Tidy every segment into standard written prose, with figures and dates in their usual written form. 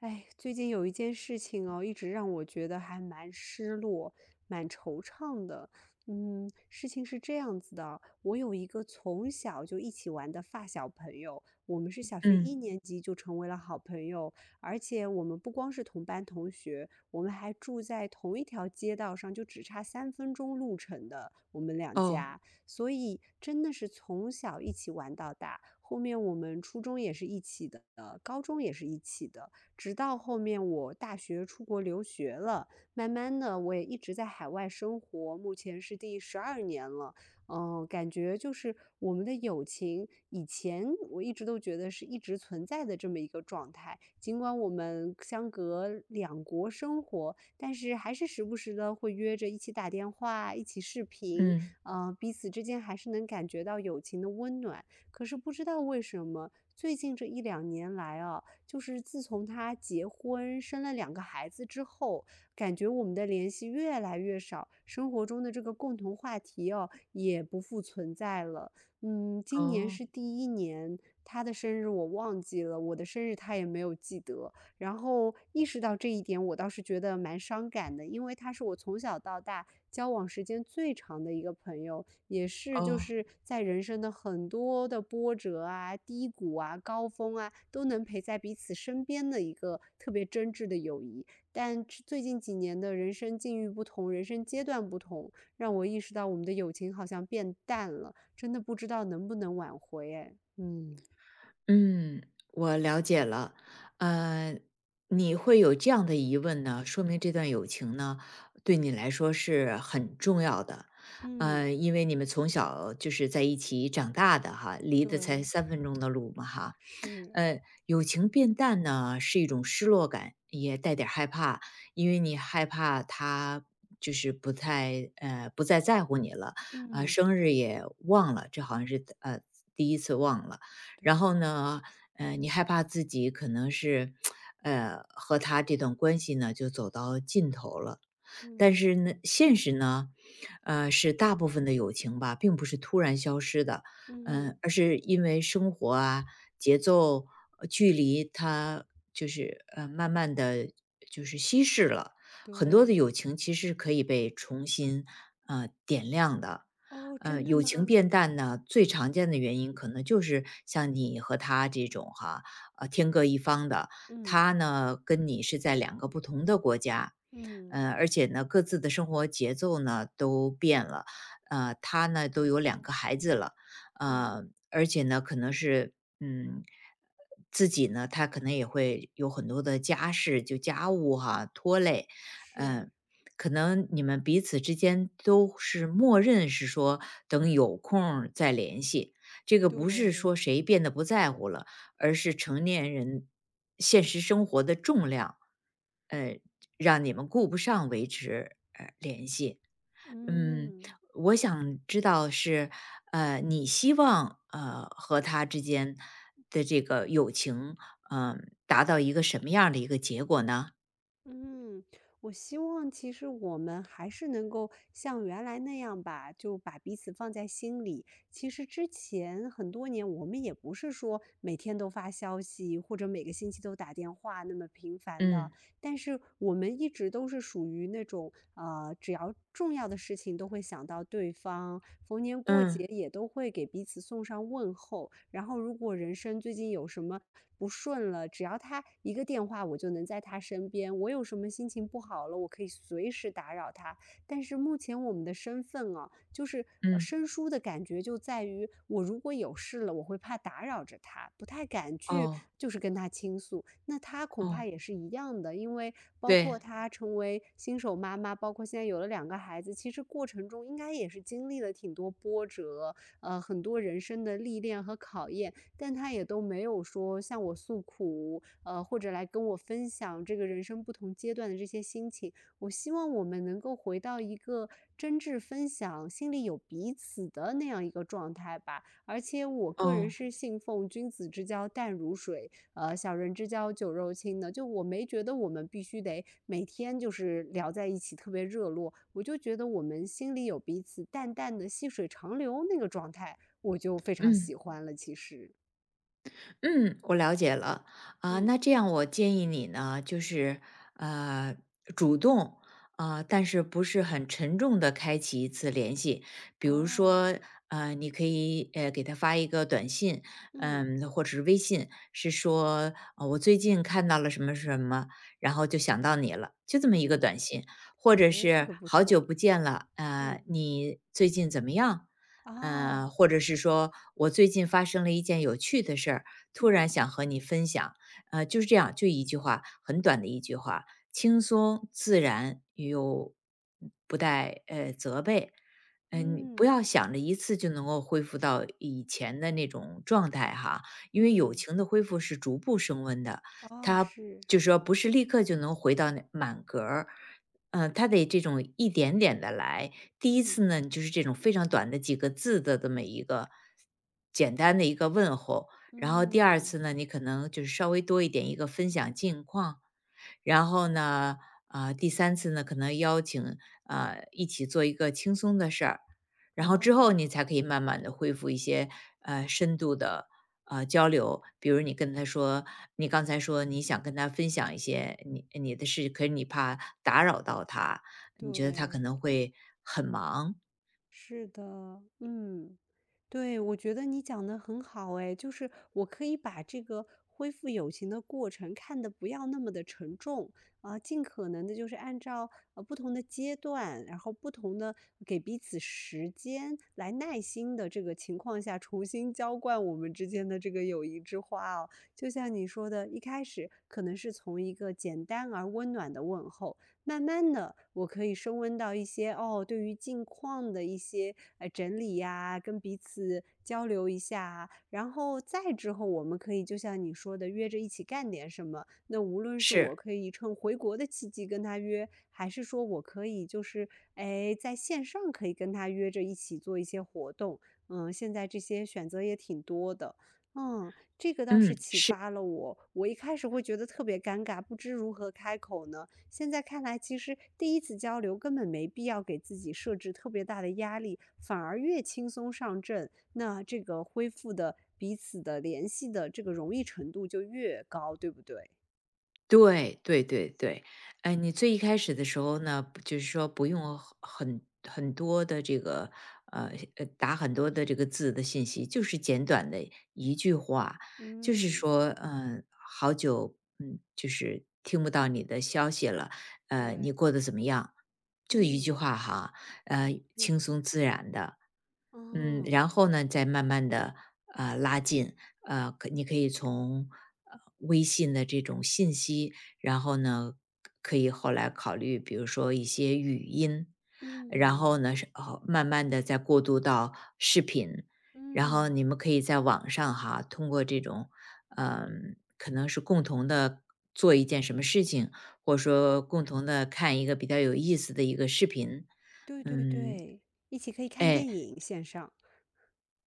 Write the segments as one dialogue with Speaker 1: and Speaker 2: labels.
Speaker 1: 哎，最近有一件事情哦，一直让我觉得还蛮失落、蛮惆怅的。事情是这样子的哦，我有一个从小就一起玩的发小朋友，我们是小学一
Speaker 2: 嗯，
Speaker 1: 年级就成为了好朋友，而且我们不光是同班同学，我们还住在同一条街道上，就只差3分钟路程的我们两
Speaker 2: 哦，
Speaker 1: 家，所以真的是从小一起玩到大。后面我们初中也是一起的，高中也是一起的。直到后面我大学出国留学了，慢慢的我也一直在海外生活，目前是第12年了。感觉就是我们的友情，以前我一直都觉得是一直存在的这么一个状态。尽管我们相隔两国生活，但是还是时不时的会约着一起打电话，一起视频，
Speaker 2: 嗯，
Speaker 1: 彼此之间还是能感觉到友情的温暖。可是不知道为什么，最近这一两年来啊，就是自从他结婚生了两个孩子之后，感觉我们的联系越来越少，生活中的这个共同话题哦也不复存在了。今年
Speaker 2: 哦，
Speaker 1: 是第一年，他的生日我忘记了，我的生日他也没有记得。然后意识到这一点，我倒是觉得蛮伤感的，因为他是我从小到大交往时间最长的一个朋友，也是就
Speaker 2: 哦。
Speaker 1: 是在人生的很多的波折啊、低谷啊、高峰啊，都能陪在彼此身边的一个特别真挚的友谊。但最近几年的人生境遇不同，人生阶段不同，让我意识到我们的友情好像变淡了，真的不知道能不能挽回。哎，嗯
Speaker 2: 嗯，我了解了。呃，你会有这样的疑问呢，说明这段友情呢，对你来说是很重要的。
Speaker 1: 嗯，
Speaker 2: 因为你们从小就是在一起长大的哈，离得才
Speaker 1: 对。
Speaker 2: 三分钟的路嘛哈。
Speaker 1: 是。
Speaker 2: 呃，友情变淡呢，是一种失落感，也带点儿害怕，因为你害怕他就是不太不再在乎你了，啊、
Speaker 1: 嗯，
Speaker 2: 生日
Speaker 1: 对，
Speaker 2: 也忘了，这好像是第一次忘了。然
Speaker 1: 对，
Speaker 2: 后呢，你害怕自己可能是，和他这段关系呢就走到尽头了。
Speaker 1: 嗯，
Speaker 2: 但是呢，现实呢，是大部分的友情吧，并不是突然消失的，嗯、
Speaker 1: 嗯，
Speaker 2: 而是因为生活啊、节奏、距离，它就是慢慢的就是稀释了。很多
Speaker 1: 对。
Speaker 2: 的友情其实是可以被重新点亮的。
Speaker 1: 哦，真的
Speaker 2: 友情
Speaker 1: 吗？
Speaker 2: 变淡呢，最常见的原因可能就是像你和他这种哈，天各一方的，
Speaker 1: 嗯，
Speaker 2: 他呢跟你是在2个不同的国家，
Speaker 1: 嗯，
Speaker 2: 而且呢各自的生活节奏呢都变了，他呢都
Speaker 1: 没
Speaker 2: 有两
Speaker 1: 错，
Speaker 2: 个孩子了。
Speaker 1: 嗯，
Speaker 2: 呃，而且呢可能是嗯。自己呢，他可能也会有很多的家事，就家务哈、拖累。
Speaker 1: 是，
Speaker 2: 嗯、可能你们彼此之间都是默认是说等有空儿再联系，这个不是
Speaker 1: 对，
Speaker 2: 说谁变得不在乎了，而是成年人现实生活的重量，呃，让你们顾不上维持联系。嗯，
Speaker 1: 嗯，
Speaker 2: 我想知道是你希望和他之间的这个友情，嗯、达到一个什么样儿的一个结果呢？
Speaker 1: 嗯，我希望其实我们还是能够像原来那样吧，就把彼此放在心里。其实之前很多年，我们也不是说每天都发消息，或者每个星期都打电话那么频繁的。
Speaker 2: 嗯
Speaker 1: 但是我们一直都是属于那种，只要重要的事情都会想到对方，逢年过
Speaker 2: 嗯
Speaker 1: 节也都会给彼此送上问候。然后，如果人生最近有什么不顺了，只要他一个电话，我就能在他身边。我有什么心情不好了，我可以随时打扰他。但是目前我们的身份啊，就是
Speaker 2: 嗯，
Speaker 1: 生疏的感觉就在于，我如果有事了，我会怕打扰着他，不太敢去
Speaker 2: 哦
Speaker 1: 就是跟他倾诉。那他恐怕
Speaker 2: 哦。
Speaker 1: 也是一样的，因为包
Speaker 2: 对，
Speaker 1: 括他成为新手妈妈，包括现在有了两个孩子，其实过程中应该也是经历了挺多波折，很多人生的历练和考验，但他也都没有说向我诉苦，或者来跟我分享这个人生不同阶段的这些心情。我希望我们能够回到一个真挚分享、心里有彼此的那样一个状态吧。而且我个人
Speaker 2: 哦，
Speaker 1: 是信奉君子之交淡如水，小人之交酒肉亲的。就我没觉得我们必须得每天就是聊在一起特别热络，我就觉得我们心里有彼此，淡淡的细水长流那个状态，我就非常
Speaker 2: 嗯
Speaker 1: 喜欢了。其实，
Speaker 2: 嗯，我了解了。啊、
Speaker 1: 嗯，
Speaker 2: 那这样，我建议你呢，就是呃，主动啊、但是不是很沉重的开启一次联系。比如
Speaker 1: 哦，
Speaker 2: 说，你可以给他发一个短信，
Speaker 1: 嗯
Speaker 2: 嗯，或者是微信，是说、我最近看到了什么什么，然后就想到你了，就这么一个短
Speaker 1: 嗯，
Speaker 2: 信，或者
Speaker 1: 诶，这
Speaker 2: 是
Speaker 1: 个不
Speaker 2: 好
Speaker 1: 错，
Speaker 2: 久不见了，
Speaker 1: 嗯，
Speaker 2: 你最近怎么样？
Speaker 1: 啊，
Speaker 2: 或者是说我最近发生了一件有趣的事儿，突
Speaker 1: 嗯。
Speaker 2: 然想和你分享。就是这样，就一句话，很短的一句话，轻松自然又不带责备。嗯，你不
Speaker 1: 嗯，
Speaker 2: 要想着一次就能够恢复到以前的那种状态哈，因为友
Speaker 1: 嗯，
Speaker 2: 情的恢复是逐步升温的，
Speaker 1: 哦，
Speaker 2: 它
Speaker 1: 是，
Speaker 2: 就是说不是立刻就能回到那满格儿。嗯，他得这种一点点的来。第一
Speaker 1: 嗯，
Speaker 2: 次呢，你就是这种非常短的几个字的这么一个简单的一个问候。然后第二
Speaker 1: 嗯，
Speaker 2: 次呢，你可能就是稍微多一点一个分享近况，然后呢，啊，第三次呢，可能邀请，啊，一起做一个轻松的事儿，然后之后
Speaker 1: 啊，
Speaker 2: 你才可以慢慢的恢复一些深度的交流。比如你跟他说你刚才说你想跟他分享一些你的事，可是你怕打扰到他，你觉得他可
Speaker 1: 对，
Speaker 2: 能会很忙，
Speaker 1: 是的，嗯，对，我觉得你讲的很好哎，就是我可以把这个恢复友情的过程看得不要那么的沉重啊，尽可能的就是按照不同的阶段，然后不同的给彼此时间来耐心的这个情况下重新浇灌我们之间的这个友谊之花哦。就像你说的，一开始可能是从一个简单而温暖的问候，慢慢的，我可以升温到一些哦，对于近况的一些整理呀、跟彼此交流一下啊然后再之后，我们可以就像你说的，约着一起干点什么。那无论是
Speaker 2: 是，
Speaker 1: 我可以趁回国的契机跟他约，还是说我可以就是哎在线上可以跟他约着一起做一些活动，现在这些选择也挺多的。这个倒是
Speaker 2: 嗯，
Speaker 1: 启
Speaker 2: 是。
Speaker 1: 发了我。我一开始会觉得特别尴尬，不知如何开口呢。现在看来，其实第一次交流根本没必要给自己设置特别大的压力，反而越轻松上阵，那这个恢复的彼此的联系的这个容易程度就越高，对不对？
Speaker 2: 对对对对，哎，你最一开始的时候呢，就是说不用很很多的这个打很多的这个字的信息，就是简短的一句话，就是
Speaker 1: 嗯，
Speaker 2: 说，嗯、好久，嗯，就是听不到你的消息了，你
Speaker 1: 对，
Speaker 2: 过得怎么样？就一
Speaker 1: 嗯，
Speaker 2: 句话哈。
Speaker 1: 没
Speaker 2: 轻
Speaker 1: 错，
Speaker 2: 松自然的，嗯，
Speaker 1: 哦，
Speaker 2: 然后呢，再慢慢的拉近，可你可以从微信的这种信息，然后呢，可以后来考虑，比如说一些语音，然后
Speaker 1: 嗯
Speaker 2: 呢，是哦，慢慢的再过渡到视频，然后
Speaker 1: 嗯，
Speaker 2: 你们可以在网上哈，通过这种，嗯，可能是共同的做一件什么事情，或者说共同的看一个比较有意思的一个视频，
Speaker 1: 对对
Speaker 2: 嗯，
Speaker 1: 对，一起可以看
Speaker 2: 哎。
Speaker 1: 电影，线上，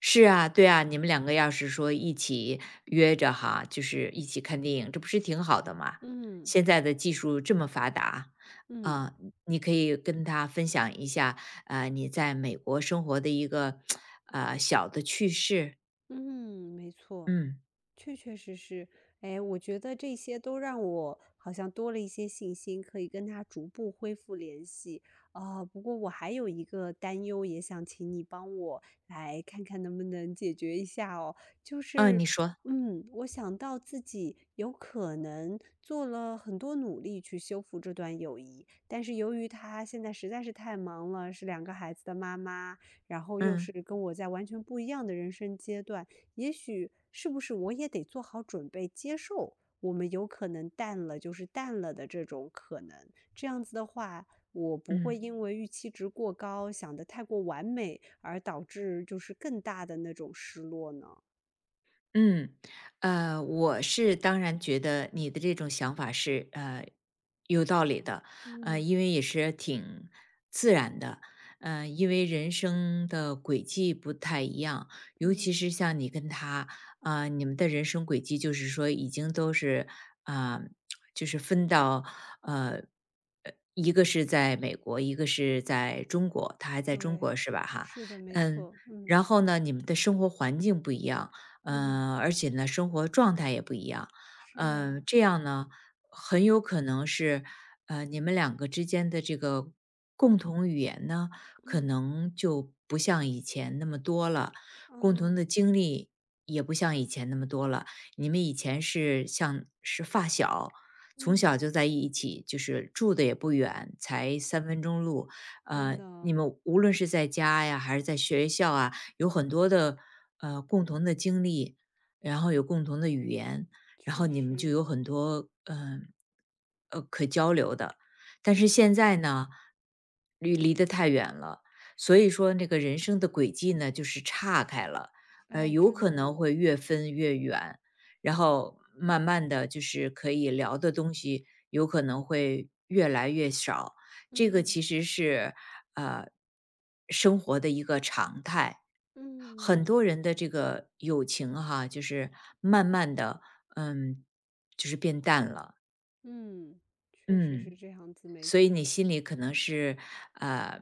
Speaker 2: 是啊，对啊，你们两个要是说一起约着哈，就是一起看电影，这不是挺好的吗？
Speaker 1: 嗯
Speaker 2: 现在的技术这么发达，
Speaker 1: 嗯
Speaker 2: 啊、你可以跟他分享一下，啊，你在美国生活的一个啊小的趣事。
Speaker 1: 嗯，没错。
Speaker 2: 嗯，
Speaker 1: 确确实实，哎，我觉得这些都让我好像多了一些信心，可以跟他逐步恢复联系。啊、不过我还有一个担忧，也想请你帮我来看看能不能解决一下哦。就
Speaker 2: 嗯、
Speaker 1: 是，
Speaker 2: 你说。
Speaker 1: 嗯，我想到自己有可能做了很多努力去修复这段友谊，但是由于他现在实在是太忙了，是两个孩子的妈妈，然后又
Speaker 2: 嗯
Speaker 1: 是跟我在完全不一样的人生阶段。也许是不是我也得做好准备，接受我们有可能淡了，就是淡了的这种可能。这样子的话，我不会
Speaker 2: 嗯。
Speaker 1: 因为预期值过高，想得太过完美，而导致就是更大的那种失落呢？
Speaker 2: 嗯，我是当然觉得你的这种想法是有道理的，
Speaker 1: 嗯
Speaker 2: 因为也是挺自然的，因为人生的轨迹不太一样，尤其
Speaker 1: 嗯，
Speaker 2: 是像你跟他，啊、你们的人生轨迹就是说已经都是啊、就是分到呃一个是在美国，一个是在中国，他还在中
Speaker 1: 对，
Speaker 2: 国是吧？哈，
Speaker 1: 是的，没
Speaker 2: 嗯，
Speaker 1: 错，嗯
Speaker 2: 然后呢，你们的生活环境不一样。
Speaker 1: 嗯，
Speaker 2: 嗯，而且呢，生活状态也不一样，
Speaker 1: 是啊，
Speaker 2: 嗯，这样呢，很有可能是，你们两个之间的这个共同语言呢，可
Speaker 1: 嗯
Speaker 2: 能就不像以前那么多了，
Speaker 1: 啊
Speaker 2: 共同的经历也不像以前那么多了。你们以前是像是发小，从小
Speaker 1: 嗯，
Speaker 2: 就在一起，就是住的也不远，才3分钟路。
Speaker 1: 真
Speaker 2: 你
Speaker 1: 的，
Speaker 2: 们无论是在家呀，还是在学校啊，有很多的共同的经历，然后有共同的语言，然后
Speaker 1: 确
Speaker 2: 你们就
Speaker 1: 实，
Speaker 2: 有很多可交流的。但是
Speaker 1: 嗯，
Speaker 2: 现在呢，离得太远了，所以说那个人生的轨迹呢就是岔开了，
Speaker 1: 哎，
Speaker 2: 有
Speaker 1: 真
Speaker 2: 可能
Speaker 1: 的，
Speaker 2: 会越分越远，然后慢慢的就是可以聊的东西有可能会越来越少，这个其
Speaker 1: 嗯
Speaker 2: 实是呃生活的一个常态。很
Speaker 1: 嗯。
Speaker 2: 多人的这个友情哈，就是慢慢的，嗯，就是变淡了。
Speaker 1: 嗯，确实是
Speaker 2: 嗯，
Speaker 1: 这样子，没
Speaker 2: 所以你
Speaker 1: 错。
Speaker 2: 心里可能是呃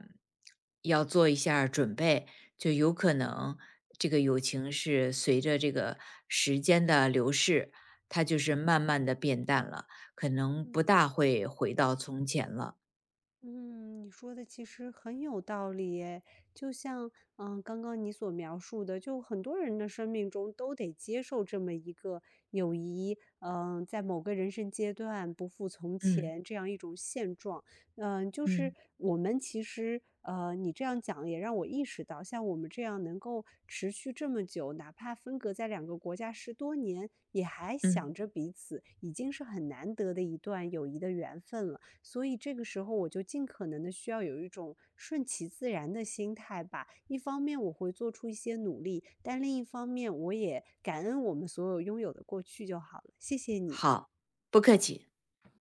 Speaker 2: 要做一下儿准备，就有可能这个友情是随着这个时间的流逝，它就是慢慢的变淡了，可能不
Speaker 1: 嗯。
Speaker 2: 大会回到从前了。
Speaker 1: 嗯，你说的其实很有道理耶，就像，刚刚你所描述的，就很多人的生命中都得接受这么一个友谊，在某个人生阶段不复从
Speaker 2: 嗯
Speaker 1: 前这样一种现状，就是
Speaker 2: 嗯
Speaker 1: 我们其实，你这样讲也让我意识到，像我们这样能够持续这么久，哪怕分隔在两个国家10多年，也还
Speaker 2: 嗯。
Speaker 1: 想着彼此，已经是很难得的一段友谊的缘分了。所以这个时候我就尽可能的需要有一种顺其自然的心态吧。一方面我会做出一些努力，但另一方面我也感恩我们所有拥有的过去就好了。谢谢你。
Speaker 2: 好，不客气。